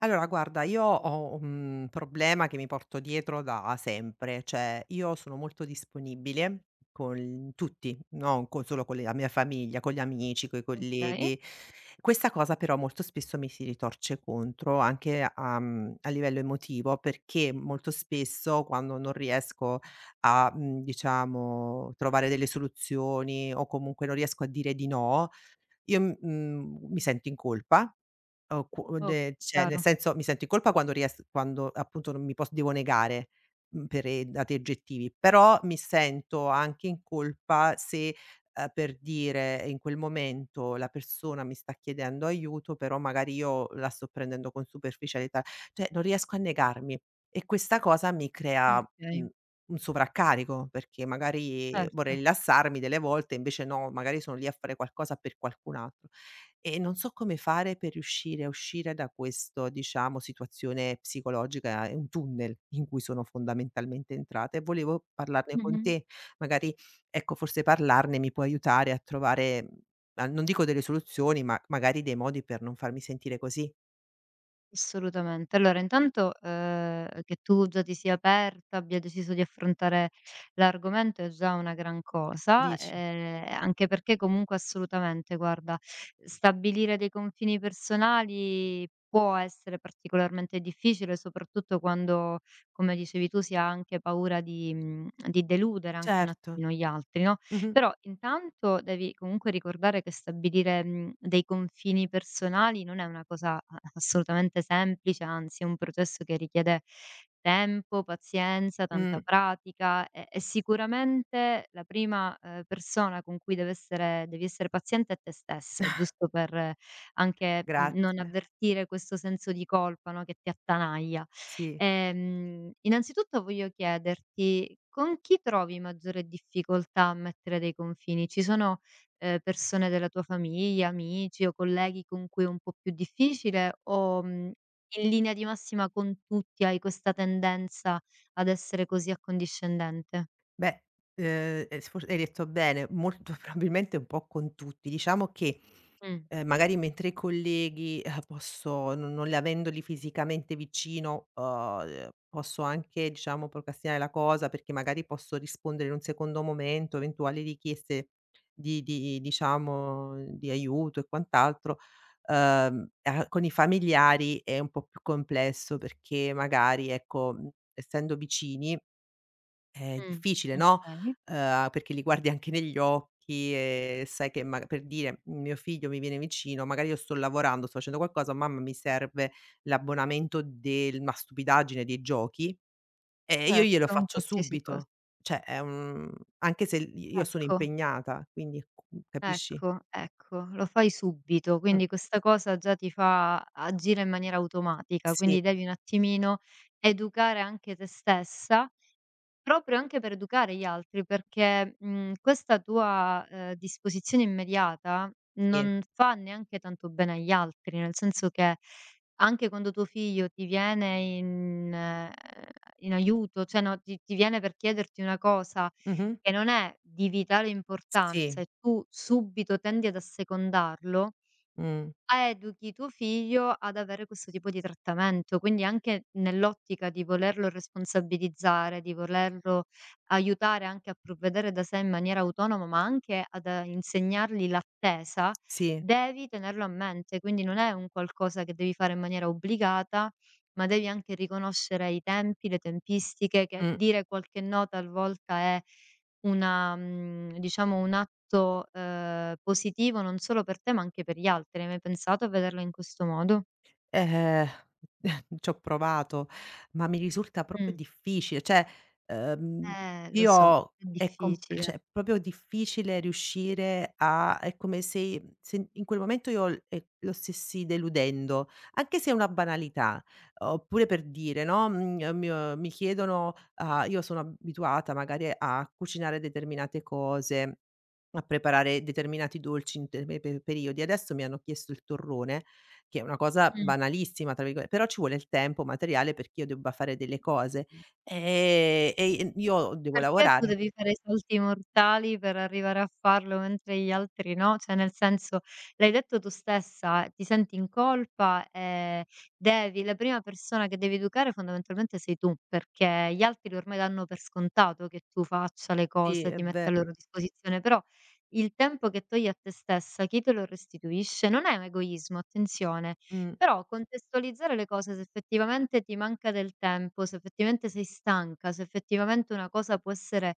Allora guarda, io ho un problema che mi porto dietro da sempre, cioè io sono molto disponibile con tutti, non co solo con la mia famiglia, con gli amici, coi Okay, colleghi. Questa cosa però molto spesso mi si ritorce contro anche a livello emotivo, perché molto spesso quando non riesco a, diciamo, trovare delle soluzioni o comunque non riesco a dire di no, io, mi sento in colpa o qu de oka cioè, nel chiaro. senso, mi sento in colpa quando ries quando appunto non mi pos devo negare, per dati oggettivi, però mi sento anche in colpa se, per dire, in quel momento la persona mi sta chiedendo aiuto, però magari io la sto prendendo con superficialità, cioè non riesco a negarmi e questa cosa mi crea, Okay. mhmm, un sovraccarico, perché magari Certo. vorrei rilassarmi delle volte, invece no, magari sono lì a fare qualcosa per qualcun altro. E non so come fare per riuscire a uscire da questo, diciamo, situazione psicologica, è un tunnel in cui sono fondamentalmente entrata e volevo parlarne con Mh-mh. te. Magari, ecco, forse parlarne mi può aiutare a trovare, a non dico delle soluzioni, ma magari dei modi per non farmi sentire così. Assolutamente. Allora intanto, che tu già ti sia aperta, abbia deciso di affrontare l'argomento è già una gran cosa, Dici? Anche perché comunque assolutamente, guarda, stabilire dei confini personali può essere particolarmente difficile, soprattutto quando, come dicevi tu, si ha anche paura di deludere anche un Certo. attimino gli altri, no? Mh-mh. Però intanto devi comunque ricordare che stabilire, dei confini personali non è una cosa a assolutamente semplice, anzi è un processo che richiede tempo, pazienza, Mh. tanta pratica e sicuramente la prima, persona con cui deve essere devi essere paziente è te stessa, giusto per anche n non Grazie. avvertire questo senso di colpa, no, che ti attanaglia. Sì. Innanzitutto voglio chiederti con chi trovi maggiore difficoltà a mettere dei confini? Ci sono, persone della tua famiglia, amici o colleghi con cui è un po' più difficile o, in linea di massima con tutti hai questa tendenza ad essere così accondiscendente? Beh, e s forse hai detto bene, molto probabilmente un po' con tutti. Diciamo che... Mh, Magari mentre i colleghi, posso non le, avendoli fisicamente vicino, posso anche, diciamo, procrastinare la cosa, perché magari posso rispondere in un secondo momento eventuali richieste di diciamo, di aiuto e quant'altro. A con i familiari è un po' più complesso, perché magari, ecco, essendo vicini è mh, difficile, no, okay, perché li guardi anche negli occhi e sai che, ma per dire, mio figlio mi viene vicino, magari io sto lavorando, sto facendo qualcosa: "Mamma, mi serve l'abbonamento del", una stupidaggine, dei giochi, e io glielo certo, un faccio qualsiasi cosa. subito. Cioè è un, anche se l io sono Ecco. impegnata, quindi c capisci? Ecco, ecco, lo fai subito, Mh. quindi questa cosa già ti fa agire in maniera automatica, Sì, quindi devi un attimino educare anche te stessa, proprio anche per educare gli altri, perché, questa tua, disposizione immediata sì. non fa neanche tanto bene agli altri, nel senso che anche quando tuo figlio ti viene in aiuto, cioè no, ti viene per chiederti una cosa Mh-mh. che non è di vitale Sì. importanza e tu subito tendi ad assecondarlo, Mh. educhi tuo figlio ad avere questo tipo di trattamento, quindi anche nell'ottica di volerlo responsabilizzare, di volerlo aiutare anche a provvedere da sé in maniera autonoma, ma anche ad insegnargli l'attesa, Sì. devi tenerlo a mente, quindi non è un qualcosa che devi fare in maniera obbligata, ma devi anche riconoscere i tempi, le tempistiche, che Mh. dire qualche no talvolta è una diciamo un atto, positivo non solo per te, ma anche per gli altri. Hai mai pensato a vederlo in questo modo? Eh, c'ho provato, ma mi risulta proprio Mh. difficile, cioè, ehm, Lo so, io è è com cioè difficile. è proprio difficile riuscire, a è come se in quel momento io l lo stessi deludendo, anche se è una banalità. Oppure, per dire, no, mhmm, mio mi mi chiedono, a io sono abituata magari a cucinare determinate cose, a preparare determinati dolci in determinati pe periodi. Adesso mi hanno chiesto il torrone, che è una cosa Mh. "banalissima" tra virgole, però ci vuole il tempo materiale perché io debba fare delle cose, e i io devo Perché tu lavorare. devi fare i salti mortali per arrivare a farlo, mentre gli altri no? Cioè, nel senso, l'hai detto tu stessa, ti senti in colpa e devi la prima persona che devi educare fondamentalmente sei tu, perché gli altri ormai danno per scontato che tu faccia le Sì, cose, è ti ve metta a loro disposizione, però il tempo che togli a te stessa chi te lo restituisce? Non è un egoismo, attenzione, mh, però contestualizzare le cose, se effettivamente ti manca del tempo, se effettivamente sei stanca, se effettivamente una cosa può essere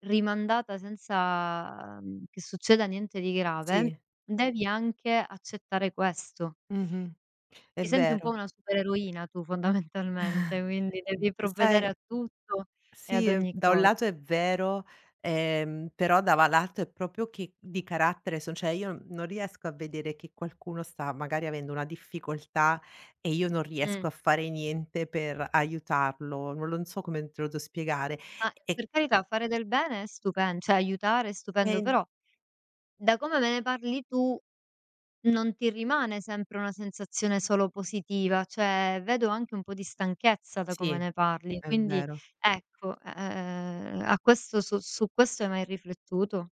rimandata senza, che succeda niente di grave, sì, devi anche accettare questo. mh-mh, è Ti senti un po' vero. una supereroina tu fondamentalmente, quindi devi provvedere sai, a tutto e ad sì, ogni da un cosa. lato è vero, però dava l'altro è proprio che di carattere, son cioè, io non riesco a vedere che qualcuno sta magari avendo una difficoltà e io non Mh. riesco a fare niente per aiutarlo, non lo, non so come te lo devo spiegare. Ma E per carità fare del bene è stupen cioè aiutare è stupendo, e però da come me ne parli tu non ti rimane sempre una sensazione solo positiva, cioè vedo anche un po' di stanchezza da come sì. ne parli, È quindi vero. ecco, a questo su su questo hai mai riflettuto?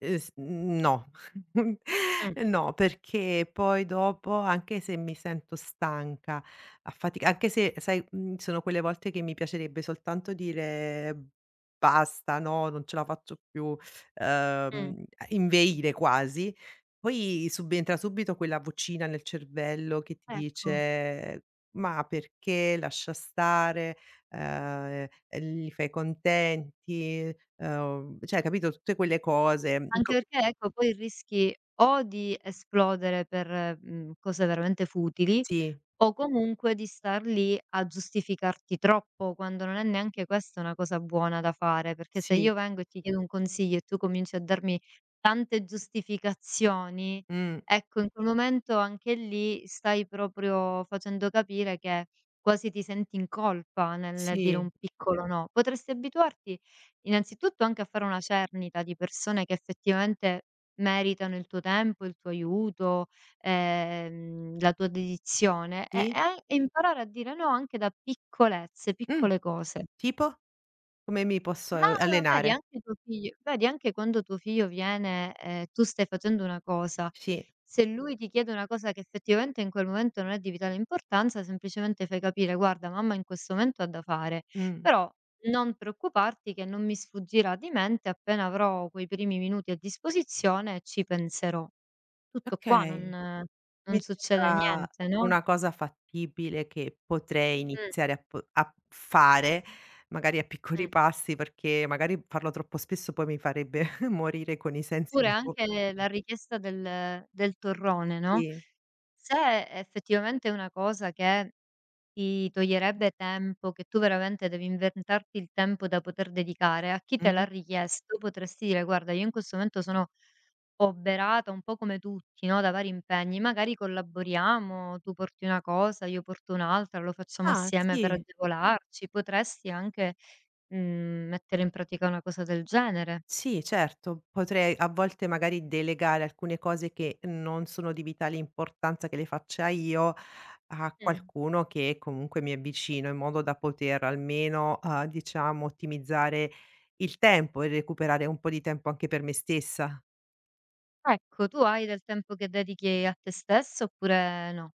S no. Mh, No, perché poi dopo, anche se mi sento stanca, affatica, anche se sai, sono quelle volte che mi piacerebbe soltanto dire: "Basta, no, non ce la faccio più", mh, ehm, inveire quasi, poi subentra subito quella vocina nel cervello che ti ecco. dice: "Ma perché? Lascia stare". Ehm, li fai contenti, cioè, capito, tutte quelle cose. In Anche co perché ecco poi rischi o di esplodere per, cose veramente futili, Sì, o comunque di star lì a giustificarti troppo, quando non è neanche questa una cosa buona da fare, perché se sì, io vengo e ti chiedo un consiglio e tu cominci a darmi tante giustificazioni, mh, ecco in quel momento anche lì stai proprio facendo capire che quasi ti senti in colpa nel dire sì, un piccolo no. Potresti abituarti innanzitutto anche a fare una cernita di persone che effettivamente meritano il tuo tempo, il tuo aiuto, la tua dedizione e sì. e a e imparare a dire no anche da piccolezze, Mh, piccole cose. tipo? Come mi posso Ma vedi allenare? anche tuo figlio vedi anche quando tuo figlio viene e tu stai facendo una cosa, Sì, se lui ti chiede una cosa che effettivamente in quel momento non è di vitale importanza, semplicemente fai capire: "Guarda mamma in questo momento ha da fare, mh, però non preoccuparti che non mi sfuggirà di mente, appena avrò quei primi minuti a disposizione ci penserò". Tutto qua, okay. Non Mi succede sembra niente, no? una cosa fattibile che potrei Mh, iniziare a fare, magari a piccoli mh. passi, perché magari farlo troppo spesso poi mi farebbe morire con i sensi Oppure di co anche la richiesta del torrone, no, Sì, se effettivamente è una cosa che ti toglierebbe tempo, che tu veramente devi inventarti il tempo da poter dedicare, a chi te l'ha mh. richiesto potresti dire: "Guarda, io in questo momento sono oberata un po' come tutti, no, da vari impegni, magari collaboriamo, tu porti una cosa, io porto un'altra, lo facciamo Ah, assieme per sì. agevolarci." Potresti anche, mettere in pratica una cosa del genere. Sì, certo, potrei a volte magari delegare alcune cose che non sono di vitale importanza che le faccia io, a Mh. qualcuno che comunque mi è vicino, in modo da poter almeno, diciamo, ottimizzare il tempo e recuperare un po' di tempo anche per me stessa. Ecco, tu hai del tempo che dedichi a te stessa oppure no?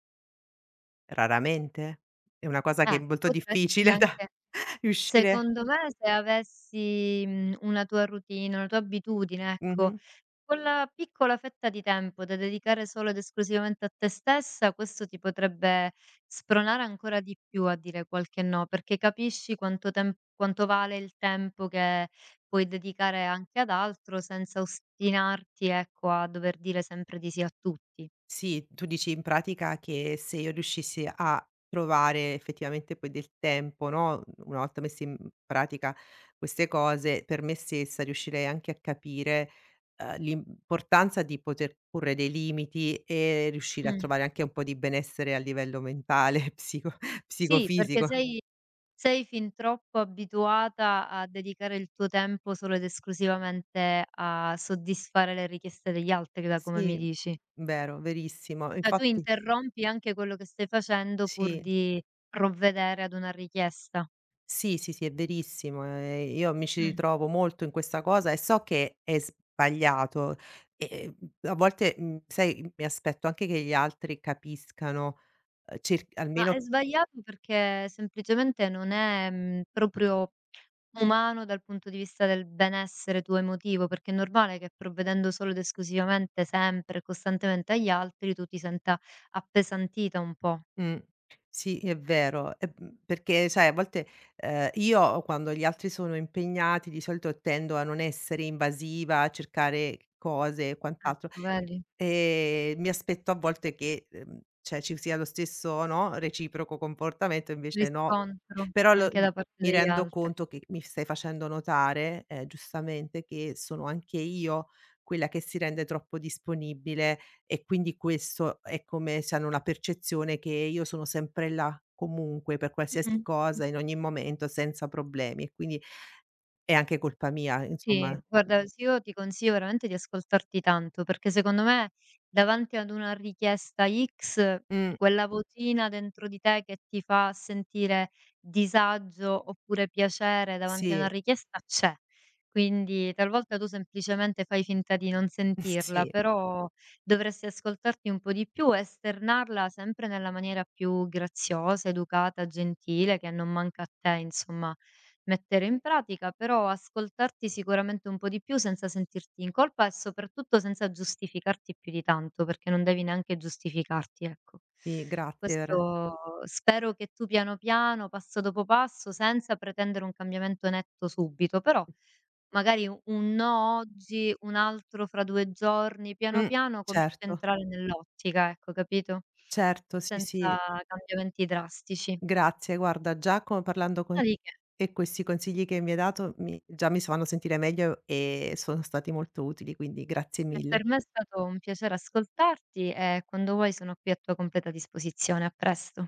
Raramente, è una cosa che è molto Potresti difficile da anche riuscire. secondo me se avessi, una tua routine, una tua abitudine, ecco, Mh-mh. quella piccola fetta di tempo da dedicare solo ed esclusivamente a te stessa, questo ti potrebbe spronare ancora di più a dire qualche no, perché capisci quanto vale il tempo che puoi dedicare anche ad altro senza ostinarti, ecco, a dover dire sempre di sì a tutti. Sì, tu dici, in pratica, che se io riuscissi a trovare effettivamente poi del tempo, no, una volta messe in pratica queste cose, per me stessa, riuscirei anche a capire, l'importanza di poter porre dei limiti e riuscire a Mh. trovare anche un po' di benessere a livello mentale, Sì, perché psicofisico. Sei fin troppo abituata a dedicare il tuo tempo solo ed esclusivamente a soddisfare le richieste degli altri, da come mi Sì, dici. vero, verissimo. Cioè tu Infatti, interrompi anche quello che stai facendo pur sì. di provvedere ad una richiesta. Sì, sì, sì, è verissimo, io mi ci Mh. ritrovo molto in questa cosa e so che è sbagliato e, a volte, sai, mi aspetto anche che gli altri capiscano, cer Ma è almeno. sbagliato perché semplicemente non è, proprio umano dal punto di vista del benessere tuo emotivo, perché è normale che provvedendo solo ed esclusivamente sempre e costantemente agli altri tu ti senta appesantita un po'. Mh, sì, è vero, e, perché sai, a volte, io, quando gli altri sono impegnati, di solito tendo a non essere invasiva, a cercare cose e quant'altro. Ecco, vedi? Mi aspetto a volte che, cioè, ci sia lo stesso, no, reciproco comportamento, invece no. Riscontro Però lo anche mi da parte mi degli rendo altri. conto che mi stai facendo notare, giustamente, che sono anche io quella che si rende troppo disponibile e quindi questo è come se hanno una percezione che io sono sempre là, comunque, per qualsiasi Mh-mh. cosa, in ogni momento, senza problemi, e quindi è anche colpa mia, Sì, insomma. guarda, sì, io ti consiglio veramente di ascoltarti tanto, perché secondo me davanti ad una richiesta X, Mh, quella vocina dentro di te che ti fa sentire disagio oppure piacere davanti a una sì, richiesta c'è. Quindi talvolta tu semplicemente fai finta di non sentirla, sì, però dovresti ascoltarti un po' di più e esternarla sempre nella maniera più graziosa, educata, gentile, che non manca a te, insomma. Mettere in pratica, però ascoltarti sicuramente un po' di più senza sentirti in colpa e soprattutto senza giustificarti più di tanto, perché non devi neanche giustificarti, ecco. sì, grazie per. Questo spero che tu piano piano, passo dopo passo, senza pretendere un cambiamento netto subito, però magari u un no oggi, un altro fra 2 giorni, piano Mh, piano cominci a certo, entrare nell'ottica, ecco, capito? certo, sì, Senza sì. cambiamenti drastici. Grazie, guarda, già co parlando con Ma di che. te, questi consigli che mi hai dato mi, già mi s fanno sentire meglio e sono stati molto utili, quindi grazie E mille. per me è stato un piacere ascoltarti e quando vuoi sono qui a tua completa disposizione. A presto.